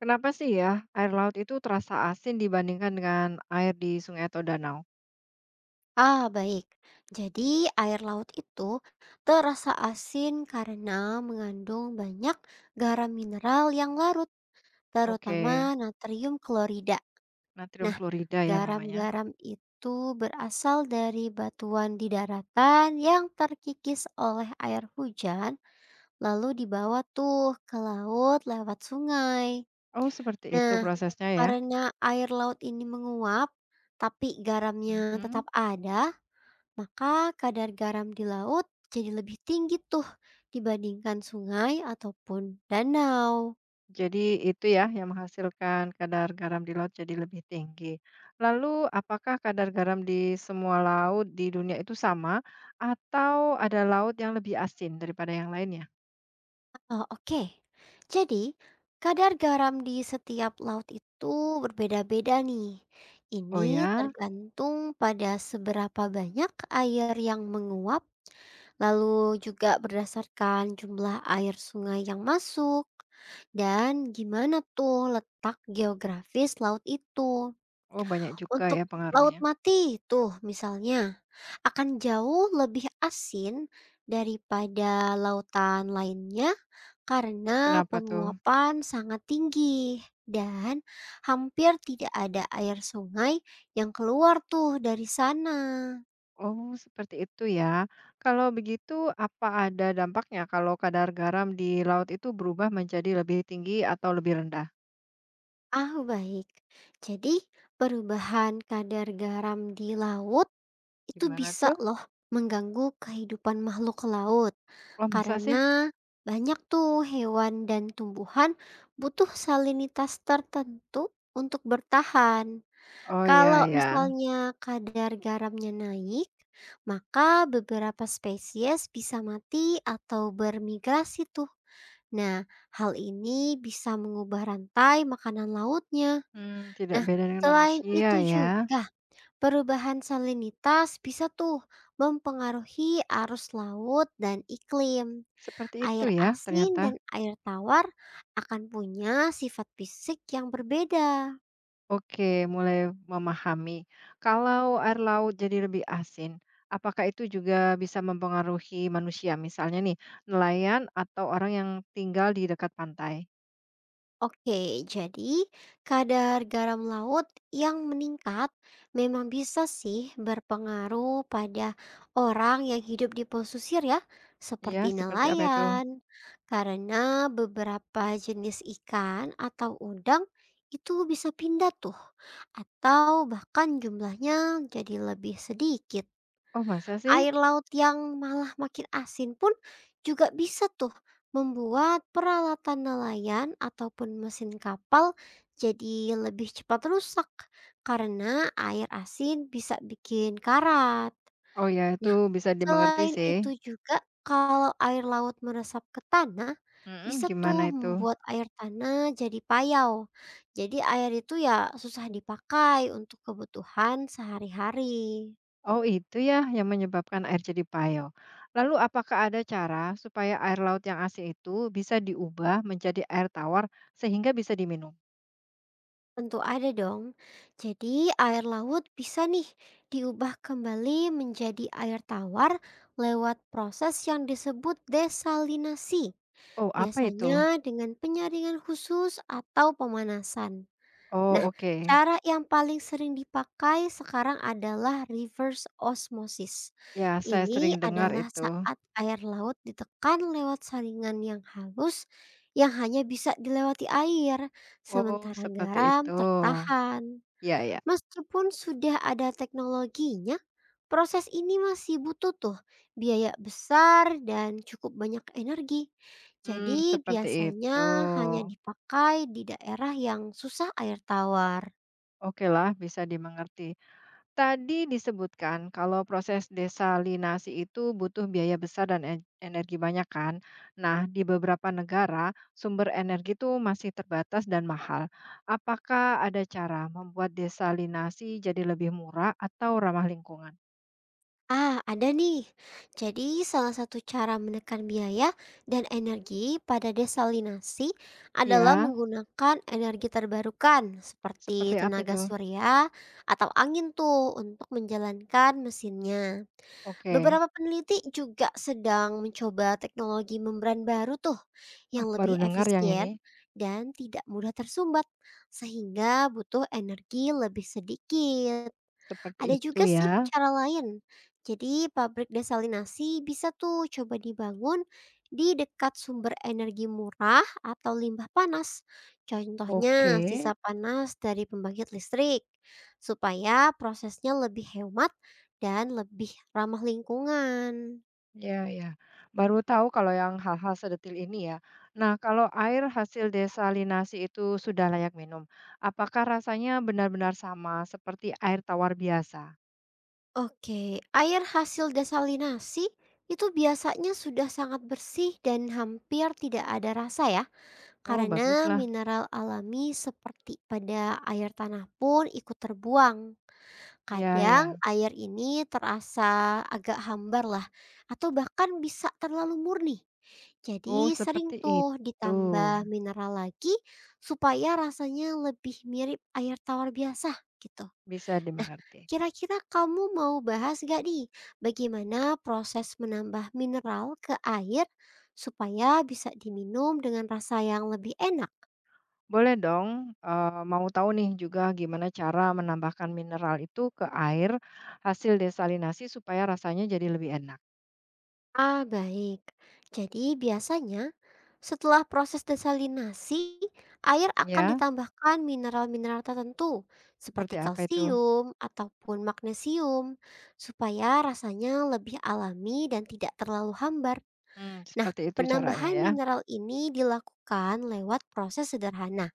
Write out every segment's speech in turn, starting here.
Kenapa sih ya air laut itu terasa asin dibandingkan dengan air di sungai atau danau? Ah, baik. Jadi, air laut itu terasa asin karena mengandung banyak garam mineral yang larut, terutama Oke, natrium klorida. natrium Nah, klorida ya namanya. garam-garam itu berasal dari batuan di daratan yang terkikis oleh air hujan, lalu dibawa tuh ke laut lewat sungai. Oh, seperti itu Nah, prosesnya ya. karena air laut ini menguap, tapi garamnya Mhm. tetap ada, maka kadar garam di laut jadi lebih tinggi tuh dibandingkan sungai ataupun danau. Jadi itu ya yang menghasilkan kadar garam di laut jadi lebih tinggi. Lalu apakah kadar garam di semua laut di dunia itu sama atau ada laut yang lebih asin daripada yang lainnya? Oh, oke. Jadi, kadar garam di setiap laut itu berbeda-beda nih. Oh Ini ya, tergantung pada seberapa banyak air yang menguap, lalu juga berdasarkan jumlah air sungai yang masuk, dan gimana tuh letak geografis laut itu. oh banyak juga Untuk ya laut pengaruhnya. mati tuh misalnya, akan jauh lebih asin daripada lautan lainnya karena Kenapa tuh? penguapan sangat tinggi dan hampir tidak ada air sungai yang keluar tuh dari sana. Oh, seperti itu ya. Kalau begitu, apa ada dampaknya kalau kadar garam di laut itu berubah menjadi lebih tinggi atau lebih rendah? Ah, baik, jadi perubahan kadar garam di laut itu Gimana bisa tuh? loh mengganggu kehidupan makhluk laut. Oh, masa sih? Karena banyak tuh hewan dan tumbuhan butuh salinitas tertentu untuk bertahan. Oh ya Kalau ya. misalnya kadar garamnya naik, maka beberapa spesies bisa mati atau bermigrasi tuh. Nah, hal ini bisa mengubah rantai makanan lautnya. Hmm, tidak Nah, beda dengan selain manusia itu ya. juga perubahan salinitas bisa tuh mempengaruhi arus laut dan iklim. Seperti itu Air ya ternyata. asin dan air tawar akan punya sifat fisik yang berbeda. Oke, mulai memahami. Kalau air laut jadi lebih asin, apakah itu juga bisa mempengaruhi manusia? Misalnya nih, nelayan atau orang yang tinggal di dekat pantai. Oke, jadi kadar garam laut yang meningkat memang bisa sih berpengaruh pada orang yang hidup di pesisir ya, Ya, seperti seperti apa itu? nelayan. Karena beberapa jenis ikan atau udang itu bisa pindah tuh, atau bahkan jumlahnya jadi lebih sedikit. Oh, masa sih? Air laut yang malah makin asin pun juga bisa tuh membuat peralatan nelayan ataupun mesin kapal jadi lebih cepat rusak karena air asin bisa bikin karat. Oh ya, itu Nah, bisa dimengerti selain sih. itu juga kalau air laut meresap ke tanah Mhm, bisa gimana tuh itu? membuat air tanah jadi payau. Jadi air itu ya susah dipakai untuk kebutuhan sehari-hari. Oh, itu ya yang menyebabkan air jadi payau. Lalu apakah ada cara supaya air laut yang asin itu bisa diubah menjadi air tawar sehingga bisa diminum? Tentu ada dong. Jadi, air laut bisa nih diubah kembali menjadi air tawar lewat proses yang disebut desalinasi, Oh, apa biasanya itu? dengan penyaringan khusus atau pemanasan. Oh, Nah, oke. cara yang paling sering dipakai sekarang adalah reverse osmosis. Ya, saya sering Ini dengar adalah itu. saat air laut ditekan lewat saringan yang halus yang hanya bisa dilewati air, Oh, sementara seperti itu. garam tertahan. Ya, ya. Meskipun sudah ada teknologinya, proses ini masih butuh tuh biaya besar dan cukup banyak energi. Hmm, Jadi seperti itu. biasanya hanya dipakai di daerah yang susah air tawar. Oke lah, bisa dimengerti. Tadi disebutkan kalau proses desalinasi itu butuh biaya besar dan energi banyak kan. Nah, di beberapa negara sumber energi itu masih terbatas dan mahal. Apakah ada cara membuat desalinasi jadi lebih murah atau ramah lingkungan? Ah, ada nih. Jadi salah satu cara menekan biaya dan energi pada desalinasi adalah Ya, menggunakan energi terbarukan seperti seperti apa tenaga itu? surya atau angin tuh untuk menjalankan mesinnya. Oke, Beberapa peneliti juga sedang mencoba teknologi membran baru tuh yang aku baru lebih dengar yang efisien ini. dan tidak mudah tersumbat sehingga butuh energi lebih sedikit. Seperti Ada itu juga sih ya. cara lain. Jadi pabrik desalinasi bisa tuh coba dibangun di dekat sumber energi murah atau limbah panas. Oke. Contohnya sisa panas dari pembangkit listrik. Supaya prosesnya lebih hemat dan lebih ramah lingkungan. Ya, ya. Baru tahu kalau yang hal-hal sedetil ini ya. Nah, kalau air hasil desalinasi itu sudah layak minum, apakah rasanya benar-benar sama seperti air tawar biasa? Oke, air hasil desalinasi itu biasanya sudah sangat bersih dan hampir tidak ada rasa ya. Oh, Karena baguslah. mineral alami seperti pada air tanah pun ikut terbuang. Ya Kadang ya. air ini terasa agak hambar lah, atau bahkan bisa terlalu murni. Oh, Jadi sering seperti tuh itu. ditambah mineral lagi supaya rasanya lebih mirip air tawar biasa gitu. Bisa Nah, dimengerti. kira-kira kamu mau bahas gak nih bagaimana proses menambah mineral ke air supaya bisa diminum dengan rasa yang lebih enak? Boleh dong, eh, mau tahu nih juga gimana cara menambahkan mineral itu ke air hasil desalinasi supaya rasanya jadi lebih enak. Ah, baik. Jadi biasanya setelah proses desalinasi, air akan Ya, ditambahkan mineral-mineral tertentu seperti seperti apa itu? kalsium ataupun magnesium supaya rasanya lebih alami dan tidak terlalu hambar. Hmm, Nah, seperti itu caranya penambahan ya. mineral ini dilakukan lewat proses sederhana.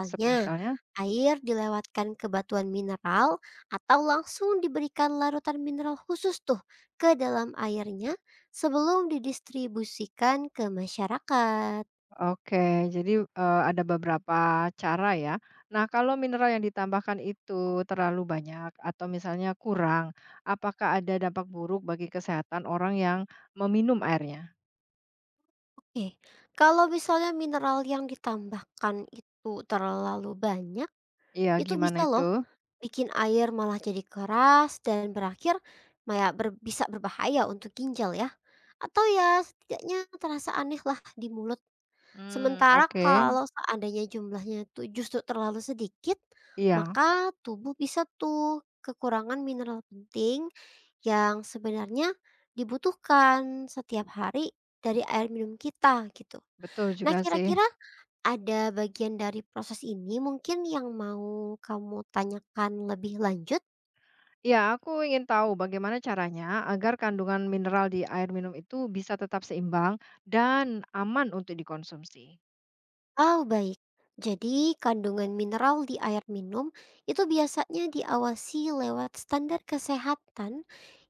Misalnya. air dilewatkan ke batuan mineral atau langsung diberikan larutan mineral khusus tuh ke dalam airnya sebelum didistribusikan ke masyarakat. Oke, jadi, ada beberapa cara ya. Nah, kalau mineral yang ditambahkan itu terlalu banyak atau misalnya kurang, apakah ada dampak buruk bagi kesehatan orang yang meminum airnya? Eh, Kalau misalnya mineral yang ditambahkan itu terlalu banyak, Iya, itu gimana bisa itu? loh bikin air malah jadi keras dan berakhir maya bisa berbahaya untuk ginjal ya. Atau ya setidaknya terasa aneh lah di mulut. Mmm, Sementara oke. kalau seandainya jumlahnya itu justru terlalu sedikit, Iya, maka tubuh bisa tuh kekurangan mineral penting yang sebenarnya dibutuhkan setiap hari dari air minum kita gitu. betul Nah, juga sih. kira-kira ada bagian dari proses ini mungkin yang mau kamu tanyakan lebih lanjut? Iya, aku ingin tahu bagaimana caranya agar kandungan mineral di air minum itu bisa tetap seimbang dan aman untuk dikonsumsi. Oh, baik. Jadi, kandungan mineral di air minum itu biasanya diawasi lewat standar kesehatan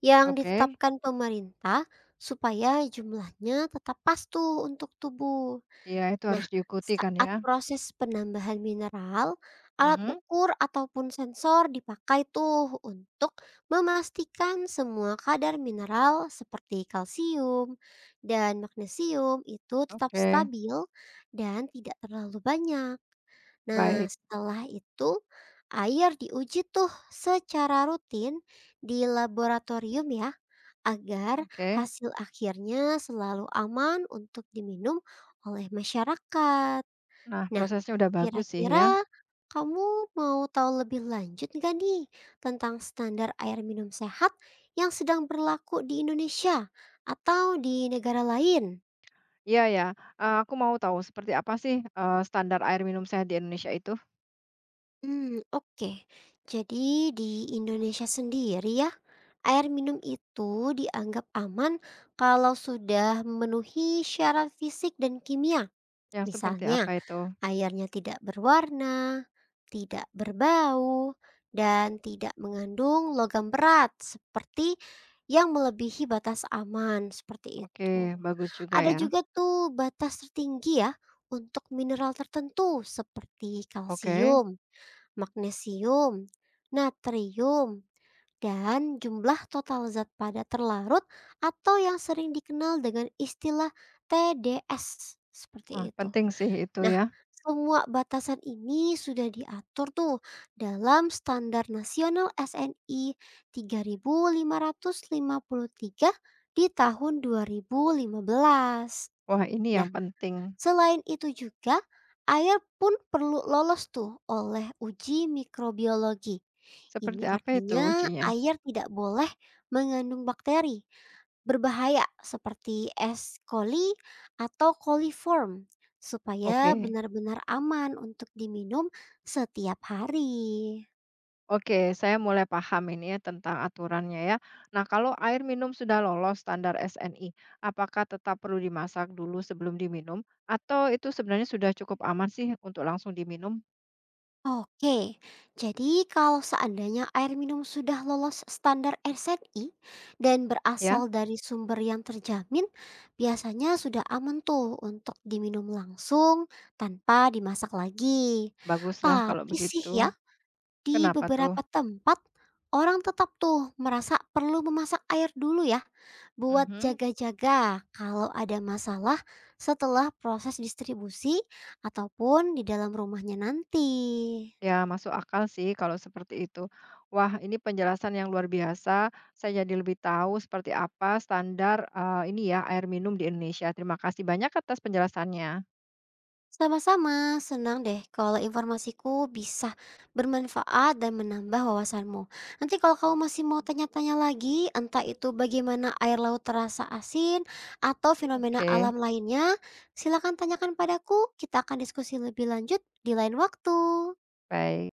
yang Oke, ditetapkan pemerintah supaya jumlahnya tetap pas tuh untuk tubuh. iya itu Nah, harus diikuti kan saat ya? proses penambahan mineral, alat Mhm, ukur ataupun sensor dipakai tuh untuk memastikan semua kadar mineral seperti kalsium dan magnesium itu tetap oke. stabil dan tidak terlalu banyak. Nah, Baik, setelah itu air diuji tuh secara rutin di laboratorium ya agar oke. hasil akhirnya selalu aman untuk diminum oleh masyarakat. Nah, Nah, prosesnya udah bagus sih ya. kira-kira kamu mau tahu lebih lanjut nggak nih tentang standar air minum sehat yang sedang berlaku di Indonesia atau di negara lain? Iya ya, aku mau tahu seperti apa sih, standar air minum sehat di Indonesia itu? Hmm, oke. Jadi di Indonesia sendiri ya, air minum itu dianggap aman kalau sudah memenuhi syarat fisik dan kimia. Yang seperti Misalnya, apa itu? airnya tidak berwarna, tidak berbau, dan tidak mengandung logam berat seperti yang melebihi batas aman seperti Oke, itu. bagus juga Ada ya. juga tuh batas tertinggi ya untuk mineral tertentu seperti Oke, kalsium, magnesium, natrium, dan jumlah total zat padat terlarut atau yang sering dikenal dengan istilah TDS wah seperti itu. penting sih itu Nah, ya. semua batasan ini sudah diatur tuh dalam Standar Nasional SNI 3553 di tahun 2015. Wah ini Nah, yang penting. selain itu juga air pun perlu lolos tuh oleh uji mikrobiologi. Seperti Ini apa itu artinya ujinya? air tidak boleh mengandung bakteri berbahaya seperti S. coli atau coliform supaya Oke. benar-benar aman untuk diminum setiap hari. Oke, saya mulai paham ini ya tentang aturannya ya. Nah, kalau air minum sudah lolos standar SNI, apakah tetap perlu dimasak dulu sebelum diminum, atau itu sebenarnya sudah cukup aman sih untuk langsung diminum? Oke, jadi kalau seandainya air minum sudah lolos standar SNI dan Ya, berasal dari sumber yang terjamin, biasanya sudah aman tuh untuk diminum langsung tanpa dimasak lagi. baguslah kalau Tapi sih begitu. ya, di Kenapa tuh? beberapa tempat, orang tetap tuh merasa perlu memasak air dulu ya buat Mhm. jaga-jaga kalau ada masalah setelah proses distribusi ataupun di dalam rumahnya nanti. Ya, masuk akal sih kalau seperti itu. Wah, ini penjelasan yang luar biasa. Saya jadi lebih tahu seperti apa standar ini ya air minum di Indonesia. Terima kasih banyak atas penjelasannya. Sama-sama, senang deh kalau informasiku bisa bermanfaat dan menambah wawasanmu. Nanti kalau kamu masih mau tanya-tanya lagi, entah itu bagaimana air laut terasa asin atau fenomena Oke, alam lainnya, silakan tanyakan padaku. Kita akan diskusi lebih lanjut di lain waktu. baik.